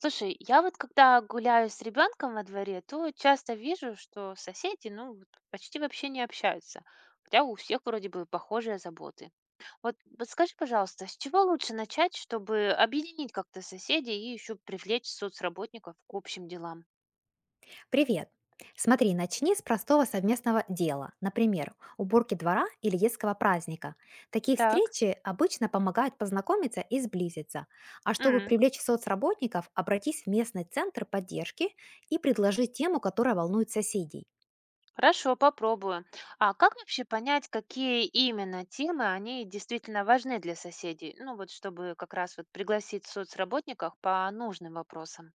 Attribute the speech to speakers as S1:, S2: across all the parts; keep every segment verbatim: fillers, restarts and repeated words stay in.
S1: Слушай, я вот когда гуляю с ребенком во дворе, то часто вижу, что соседи, ну, вот почти вообще не общаются, хотя у всех вроде бы похожие заботы. Вот подскажи, пожалуйста, с чего лучше начать, чтобы объединить как-то соседей и еще привлечь соцработников к общим делам?
S2: Привет! Смотри, начни с простого совместного дела, например, уборки двора или детского праздника. Такие
S1: Так.
S2: встречи обычно помогают познакомиться и сблизиться. А чтобы
S1: М,
S2: привлечь соцработников, обратись в местный центр поддержки и предложи тему, которая волнует соседей.
S1: Хорошо, попробую. А как вообще понять, какие именно темы они действительно важны для соседей? Ну вот, чтобы как раз вот пригласить соцработников по нужным вопросам.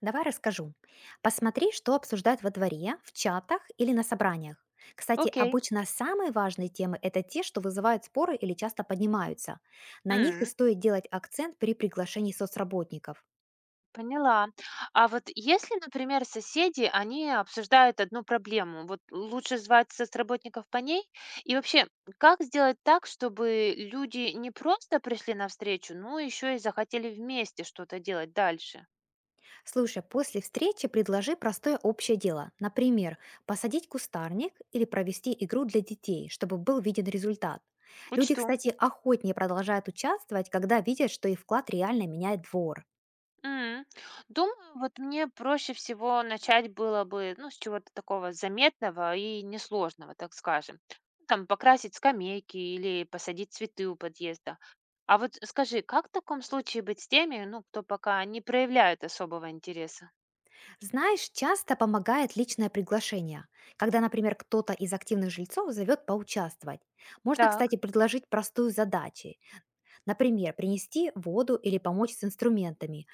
S2: Давай расскажу. Посмотри, что обсуждают во дворе, в чатах или на собраниях. Кстати,
S1: Окей.
S2: обычно самые важные темы– это те, что вызывают споры или часто поднимаются. На них и
S1: М.
S2: стоит делать акцент при приглашении соцработников.
S1: Поняла. А вот если, например, соседи, они обсуждают одну проблему, вот лучше звать соцработников по ней? И вообще, как сделать так, чтобы люди не просто пришли навстречу, но еще и захотели вместе что-то делать дальше?
S2: Слушай, после встречи предложи простое общее дело. Например, посадить кустарник или провести игру для детей, чтобы был виден результат. Люди,
S1: Учту.
S2: кстати, охотнее продолжают участвовать, когда видят, что их вклад реально меняет двор.
S1: М. Думаю, вот мне проще всего начать было бы, ну, с чего-то такого заметного и несложного, так скажем. Ну, там покрасить скамейки или посадить цветы у подъезда. А вот скажи, как в таком случае быть с теми, ну, кто пока не проявляет особого интереса?
S2: Знаешь, часто помогает личное приглашение, когда, например, кто-то из активных жильцов зовет поучаствовать. Можно, кстати,
S1: Так.
S2: предложить простую задачу. Например, принести воду или помочь с инструментами.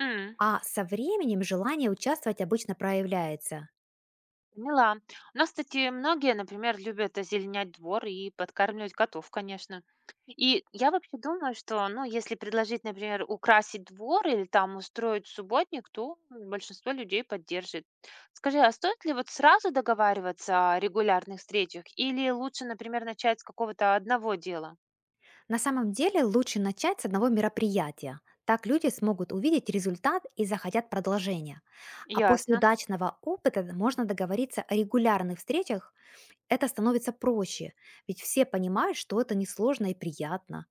S1: М.
S2: А со временем желание участвовать обычно проявляется.
S1: Поняла. У нас, кстати, многие, например, любят озеленять двор и подкармливать котов, конечно. И я вообще думаю, что, ну, если предложить, например, украсить двор или там устроить субботник, то большинство людей поддержит. Скажи, а стоит ли вот сразу договариваться о регулярных встречах или лучше, например, начать с какого-то одного дела?
S2: На самом деле лучше начать с одного мероприятия. Так люди смогут увидеть результат и захотят продолжения. А после
S1: Ясно.
S2: удачного опыта можно договориться о регулярных встречах. Это становится проще, ведь все понимают, что это несложно и приятно.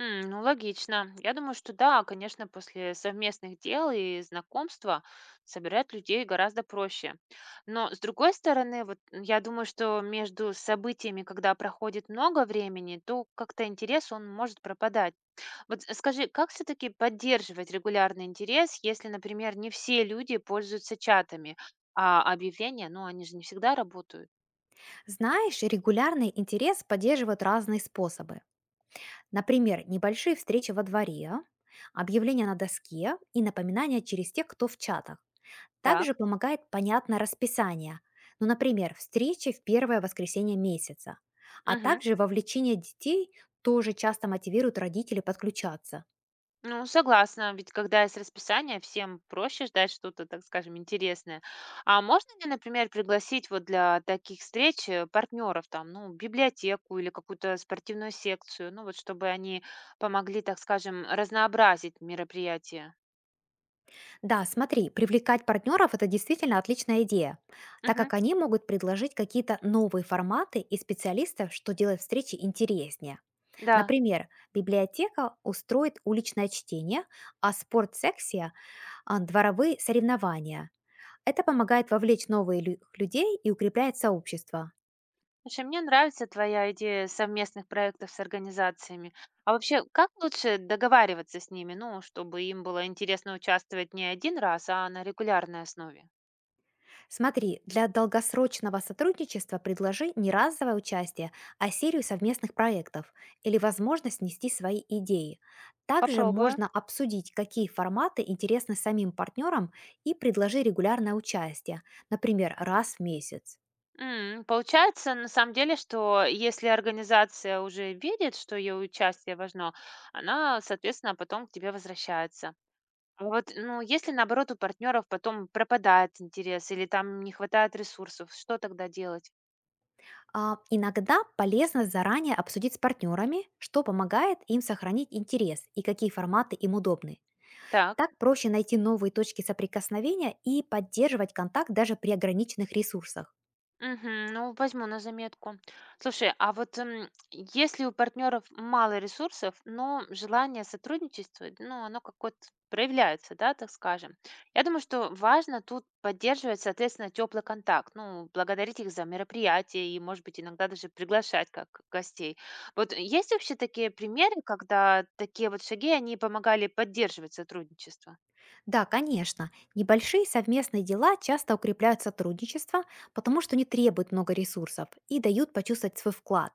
S1: М, ну, логично. Я думаю, что да, конечно, после совместных дел и знакомства собирать людей гораздо проще. Но, с другой стороны, вот м, я думаю, что между событиями, когда проходит много времени, то как-то интерес, он может пропадать. Вот с- скажи, как все-таки поддерживать регулярный интерес, если, например, не все люди пользуются чатами, а объявления, ну, они же не всегда работают.
S2: Знаешь, регулярный интерес поддерживают разные способы. Например, небольшие встречи во дворе, объявления на доске и напоминания через тех, кто в чатах. Также
S1: Так.
S2: помогает понятное расписание, ну, например, встречи в первое воскресенье месяца. А
S1: Мгм.
S2: также вовлечение детей тоже часто мотивирует родителей подключаться.
S1: Ну, согласна, ведь когда есть расписание, всем проще ждать что-то, так скажем, интересное. А можно ли, например, пригласить вот для таких встреч партнеров, там, ну, библиотеку или какую-то спортивную секцию, ну, вот чтобы они помогли, так скажем, разнообразить мероприятие?
S2: Да, смотри, привлекать партнеров– это действительно отличная идея, так
S1: Мгм.
S2: как они могут предложить какие-то новые форматы и специалистов, что делает встречи интереснее.
S1: Да.
S2: Например, библиотека устроит уличное чтение, а спортсекция– а, дворовые соревнования. Это помогает вовлечь новых людей и укрепляет сообщество.
S1: Слушай, мне нравится твоя идея совместных проектов с организациями. А вообще, как лучше договариваться с ними, ну, чтобы им было интересно участвовать не один раз, а на регулярной основе?
S2: Смотри, для долгосрочного сотрудничества предложи не разовое участие, а серию совместных проектов или возможность нести свои идеи. Также
S1: Попробую.
S2: можно обсудить, какие форматы интересны самим партнерам и предложи регулярное участие, например, раз в месяц.
S1: М, получается, на самом деле, что если организация уже видит, что ее участие важно, она, соответственно, потом к тебе возвращается. А вот, ну, если наоборот у партнеров потом пропадает интерес или там не хватает ресурсов, что тогда делать?
S2: А, Иногда полезно заранее обсудить с партнерами, что помогает им сохранить интерес и какие форматы им удобны.
S1: Так.
S2: Так проще найти новые точки соприкосновения и поддерживать контакт даже при ограниченных ресурсах.
S1: Мгм. Ну, возьму на заметку. Слушай, а вот м, если у партнеров мало ресурсов, но желание сотрудничествовать, ну, оно как вот проявляется, да, так скажем. Я думаю, что важно тут поддерживать, соответственно, теплый контакт, ну, благодарить их за мероприятия и, может быть, иногда даже приглашать как гостей. Вот есть вообще такие примеры, когда такие вот шаги, они помогали поддерживать сотрудничество?
S2: Да, конечно, небольшие совместные дела часто укрепляют сотрудничество, потому что не требуют много ресурсов и дают почувствовать свой вклад.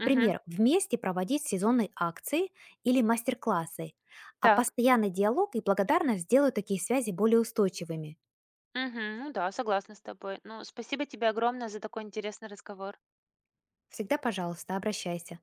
S1: Угу.
S2: вместе проводить сезонные акции или мастер-классы. А
S1: Так.
S2: постоянный диалог и благодарность сделают такие связи более устойчивыми.
S1: Мгм. Ну да, согласна с тобой. Ну, спасибо тебе огромное за такой интересный разговор.
S2: Всегда, пожалуйста, обращайся.